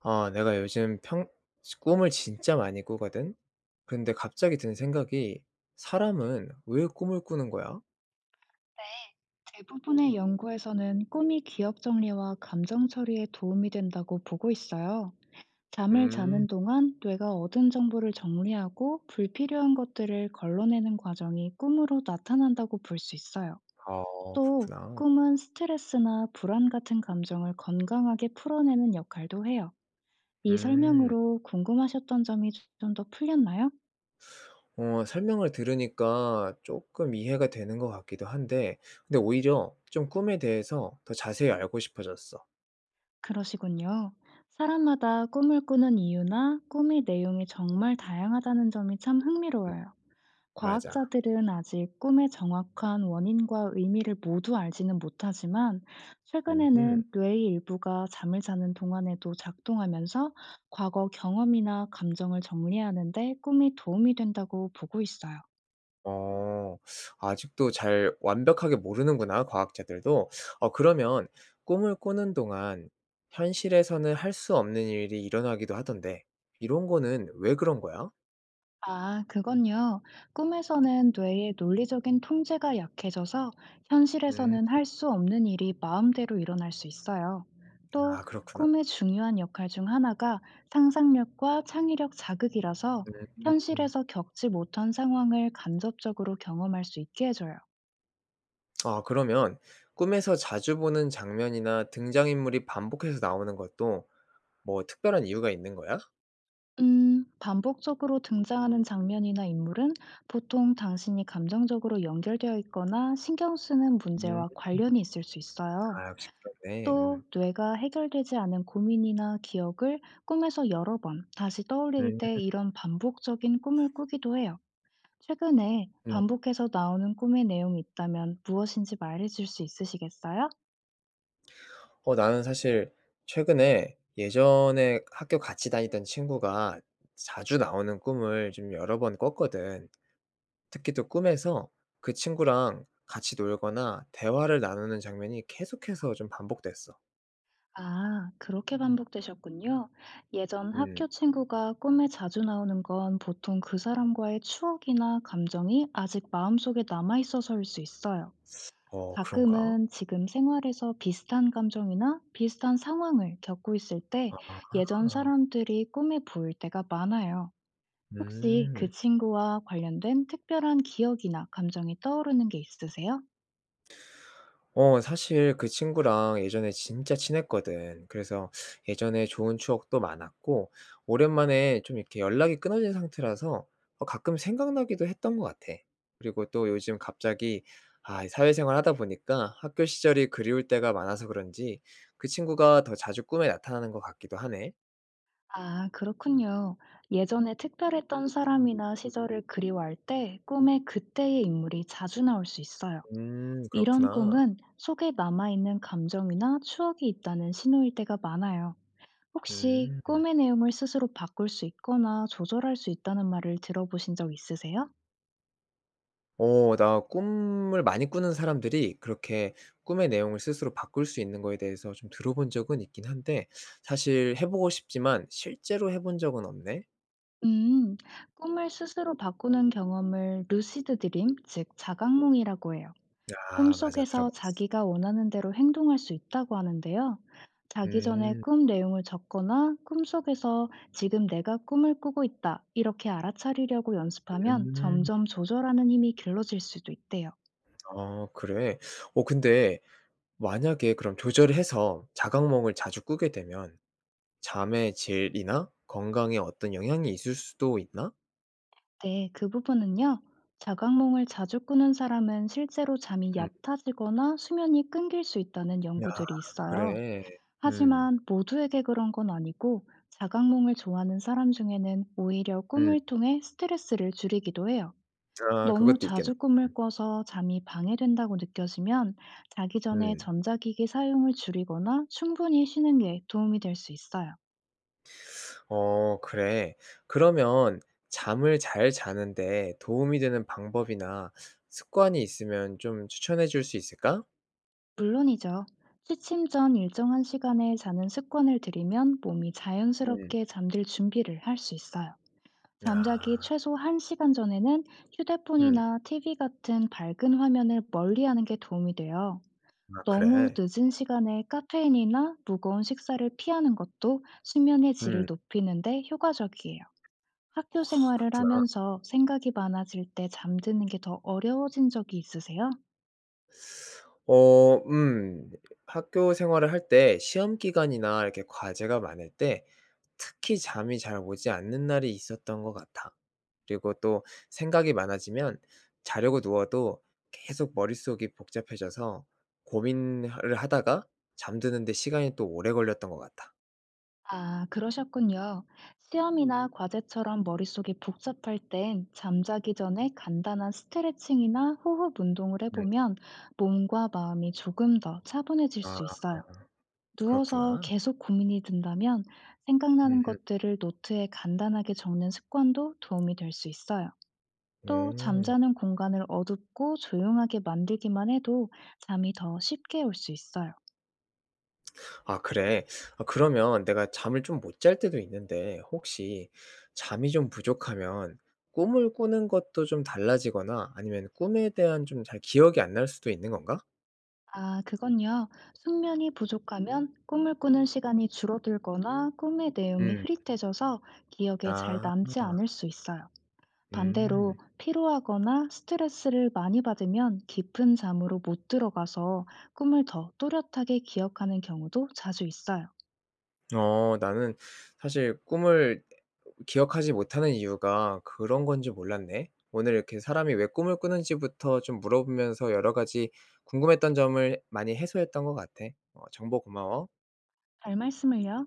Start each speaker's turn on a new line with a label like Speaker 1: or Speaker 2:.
Speaker 1: 아 내가 요즘 평 꿈을 진짜 많이 꾸거든. 근데 갑자기 든 생각이 '사람은 왜 꿈을 꾸는 거야?'
Speaker 2: 네, 대부분의 연구에서는 꿈이 기억 정리와 감정 처리에 도움이 된다고 보고 있어요. 잠을 자는
Speaker 1: 음.
Speaker 2: 동안 뇌가 얻은 정보를 정리하고 불필요한 것들을 걸러내는 과정이 꿈으로 나타난다고 볼 수 있어요.
Speaker 1: 아
Speaker 2: 또,
Speaker 1: 그렇구나.
Speaker 2: 꿈은 스트레스나 불안 같은 감정을 건강하게 풀어내는 역할도 해요. 이
Speaker 1: 음.
Speaker 2: 설명으로 궁금하셨던 점이 좀 더 풀렸나요?
Speaker 1: 어 설명을 들으니까 조금 이해가 되는 것 같기도 한데 근데 오히려 좀 꿈에 대해서 더 자세히 알고 싶어졌어.
Speaker 2: 그러시군요. 사람마다 꿈을 꾸는 이유나 꿈의 내용이 정말 다양하다는 점이 참
Speaker 1: 음.
Speaker 2: 흥미로워요.
Speaker 1: 맞아.
Speaker 2: 과학자들은 아직 꿈의 정확한 원인과 의미를 모두 알지는 못하지만,
Speaker 1: 음흠.
Speaker 2: 최근에는 뇌의 일부가 잠을 자는 동안에도 작동하면서 과거 경험이나 감정을 정리하는데 꿈이 도움이 된다고 보고 있어요.
Speaker 1: 어. 아직도 잘 완벽하게 모르는구나, 과학자들도. 어 그러면 꿈을 꾸는 동안 현실에서는 할 수 없는 일이 일어나기도 하던데 이런 거는 왜 그런 거야?
Speaker 2: 아, 그건요. 꿈에서는 뇌의 논리적인 통제가 약해져서
Speaker 1: 음.
Speaker 2: 현실에서는 할 수 없는 일이 마음대로 일어날 수 있어요. 또,
Speaker 1: 아 그렇구나.
Speaker 2: 꿈의 중요한 역할 중 하나가 상상력과 창의력 자극이라서
Speaker 1: 음.
Speaker 2: 현실에서 겪지 못한 상황을 간접적으로 경험할 수 있게 해줘요.
Speaker 1: 아 그러면 꿈에서 자주 보는 장면이나 등장인물이 반복해서 나오는 것도 뭐 특별한 이유가 있는 거야?
Speaker 2: 반복적으로 등장하는 장면이나 인물은 보통 당신이 감정적으로 연결되어 있거나 신경 쓰는
Speaker 1: 음.
Speaker 2: 문제와 관련이 있을 수 있어요.
Speaker 1: 아 역시 그렇네.
Speaker 2: 또
Speaker 1: 음.
Speaker 2: 뇌가 해결되지 않은 고민이나 기억을 꿈에서 여러 번 다시 떠올릴
Speaker 1: 음.
Speaker 2: 때 이런 반복적인 꿈을 꾸기도 해요. 최근에
Speaker 1: 음.
Speaker 2: 반복해서 나오는 꿈의 내용이 있다면 무엇인지 말해줄 수 있으시겠어요?
Speaker 1: 어 나는 사실 최근에 예전에 학교 같이 다니던 친구가 자주 나오는 꿈을 좀 여러 번 꿨거든. 특히 또 꿈에서 그 친구랑 같이 놀거나 대화를 나누는 장면이 계속해서 좀 반복됐어.
Speaker 2: 아, 그렇게 반복되셨군요. 예전
Speaker 1: 음.
Speaker 2: 학교 친구가 꿈에 자주 나오는 건 보통 그 사람과의 추억이나 감정이 아직 마음속에 남아 있어서일 수 있어요.
Speaker 1: 어 그런가?
Speaker 2: 가끔은 지금 생활에서 비슷한 감정이나 비슷한 상황을 겪고 있을 때 예전
Speaker 1: 아.
Speaker 2: 사람들이 꿈에 보일 때가 많아요. 혹시 그
Speaker 1: 음.
Speaker 2: 친구와 관련된 특별한 기억이나 감정이 떠오르는 게 있으세요?
Speaker 1: 어 사실 그 친구랑 예전에 진짜 친했거든. 그래서 예전에 좋은 추억도 많았고 오랜만에 좀 이렇게 연락이 끊어진 상태라서 어 가끔 생각나기도 했던 것 같아. 그리고 또 요즘 갑자기 아 사회생활 하다 보니까 학교 시절이 그리울 때가 많아서 그런지 그 친구가 더 자주 꿈에 나타나는 것 같기도 하네.
Speaker 2: 아, 그렇군요. 예전에 특별했던 사람이나 시절을 그리워할 때 꿈에 그때의 인물이 자주 나올 수 있어요. 이런
Speaker 1: 그렇구나.
Speaker 2: 꿈은 속에 남아있는 감정이나 추억이 있다는 신호일 때가 많아요. 혹시
Speaker 1: 음.
Speaker 2: 꿈의 내용을 스스로 바꿀 수 있거나 조절할 수 있다는 말을 들어보신 적 있으세요?
Speaker 1: 어 나 꿈을 많이 꾸는 사람들이 그렇게 꿈의 내용을 스스로 바꿀 수 있는 거에 대해서 좀 들어본 적은 있긴 한데 사실 해 보고 싶지만 실제로 해본 적은 없네.
Speaker 2: 음, 꿈을 스스로 바꾸는 경험을 루시드 드림, 즉 자각몽이라고 해요.
Speaker 1: 아 맞아.
Speaker 2: 꿈속에서
Speaker 1: 들어봤어.
Speaker 2: 자기가 원하는 대로 행동할 수 있다고 하는데요. 자기 전에
Speaker 1: 음.
Speaker 2: 꿈 내용을 적거나 꿈속에서 지금 내가 꿈을 꾸고 있다, 이렇게 알아차리려고 연습하면
Speaker 1: 음.
Speaker 2: 점점 조절하는 힘이 길러질 수도 있대요.
Speaker 1: 아 그래? 어 근데 만약에 그럼 조절 해서 자각몽을 자주 꾸게 되면 잠의 질이나 건강에 어떤 영향이 있을 수도 있나?
Speaker 2: 네, 그 부분은요. 자각몽을 자주 꾸는 사람은 실제로 잠이
Speaker 1: 음.
Speaker 2: 얕아지거나 수면이 끊길 수 있다는
Speaker 1: 야
Speaker 2: 연구들이 있어요.
Speaker 1: 그래. 음.
Speaker 2: 하지만 모두에게 그런 건 아니고 자각몽을 좋아하는 사람 중에는 오히려
Speaker 1: 음.
Speaker 2: 꿈을 통해 스트레스를 줄이기도 해요.
Speaker 1: 아
Speaker 2: 너무
Speaker 1: 그것도 있겠네.
Speaker 2: 자주 꿈을 꿔서 잠이 방해된다고 느껴지면 자기 전에
Speaker 1: 음.
Speaker 2: 전자기기 사용을 줄이거나 충분히 쉬는 게 도움이 될 수 있어요.
Speaker 1: 어, 그래. 그러면 잠을 잘 자는데 도움이 되는 방법이나 습관이 있으면 좀 추천해 줄 수 있을까?
Speaker 2: 물론이죠. 취침 전 일정한 시간에 자는 습관을 들이면 몸이
Speaker 1: 음.
Speaker 2: 자연스럽게 잠들 준비를 할 수 있어요. 잠자기
Speaker 1: 아,
Speaker 2: 최소 1시간 전에는
Speaker 1: 음.
Speaker 2: 휴대폰이나 TV 같은 밝은 화면을 멀리하는 게 도움이 돼요.
Speaker 1: 아,
Speaker 2: 너무
Speaker 1: 그래.
Speaker 2: 늦은 시간에 카페인이나 무거운 식사를 피하는 것도 수면의 질을
Speaker 1: 음,
Speaker 2: 높이는데 효과적이에요. 학교 생활을
Speaker 1: 그렇구나.
Speaker 2: 하면서 생각이 많아질 때 잠드는 게 더 어려워진 적이 있으세요?
Speaker 1: 어, 학교 생활을 할 때 시험 기간이나 이렇게 과제가 많을 때 특히 잠이 잘 오지 않는 날이 있었던 것 같아. 그리고 또 생각이 많아지면 자려고 누워도 계속 머릿속이 복잡해져서 고민을 하다가 잠드는데 시간이 또 오래 걸렸던 것 같아.
Speaker 2: 아, 그러셨군요. 시험이나 과제처럼 머릿속이 복잡할 땐 잠자기 전에 간단한 스트레칭이나 호흡 운동을
Speaker 1: 음.
Speaker 2: 해보면 몸과 마음이 조금 더 차분해질 수
Speaker 1: 아
Speaker 2: 있어요. 누워서
Speaker 1: 그렇구나.
Speaker 2: 계속 고민이 든다면 생각나는
Speaker 1: 음
Speaker 2: 것들을 노트에 간단하게 적는 습관도 도움이 될 수 있어요. 또
Speaker 1: 음.
Speaker 2: 잠자는 공간을 어둡고 조용하게 만들기만 해도 잠이 더 쉽게 올 수 있어요.
Speaker 1: 아 그래. 아 그러면 내가 잠을 좀 못 잘 때도 있는데 혹시 잠이 좀 부족하면 꿈을 꾸는 것도 좀 달라지거나 아니면 꿈에 대한 좀 잘 기억이 안 날 수도 있는 건가?
Speaker 2: 아, 그건요. 숙면이 부족하면 꿈을 꾸는 시간이 줄어들거나 꿈의 내용이
Speaker 1: 음.
Speaker 2: 흐릿해져서 기억에 잘
Speaker 1: 아.
Speaker 2: 남지 않을 수 있어요. 반대로
Speaker 1: 음.
Speaker 2: 피로하거나 스트레스를 많이 받으면 깊은 잠으로 못 들어가서 꿈을 더 또렷하게 기억하는 경우도 자주 있어요.
Speaker 1: 어 나는 사실 꿈을 기억하지 못하는 이유가 그런 건 줄 몰랐네. 오늘 이렇게 사람이 왜 꿈을 꾸는지부터 좀 물어보면서 여러 가지 궁금했던 점을 많이 해소했던 것 같아. 어 정보 고마워.
Speaker 2: 잘 말씀을요.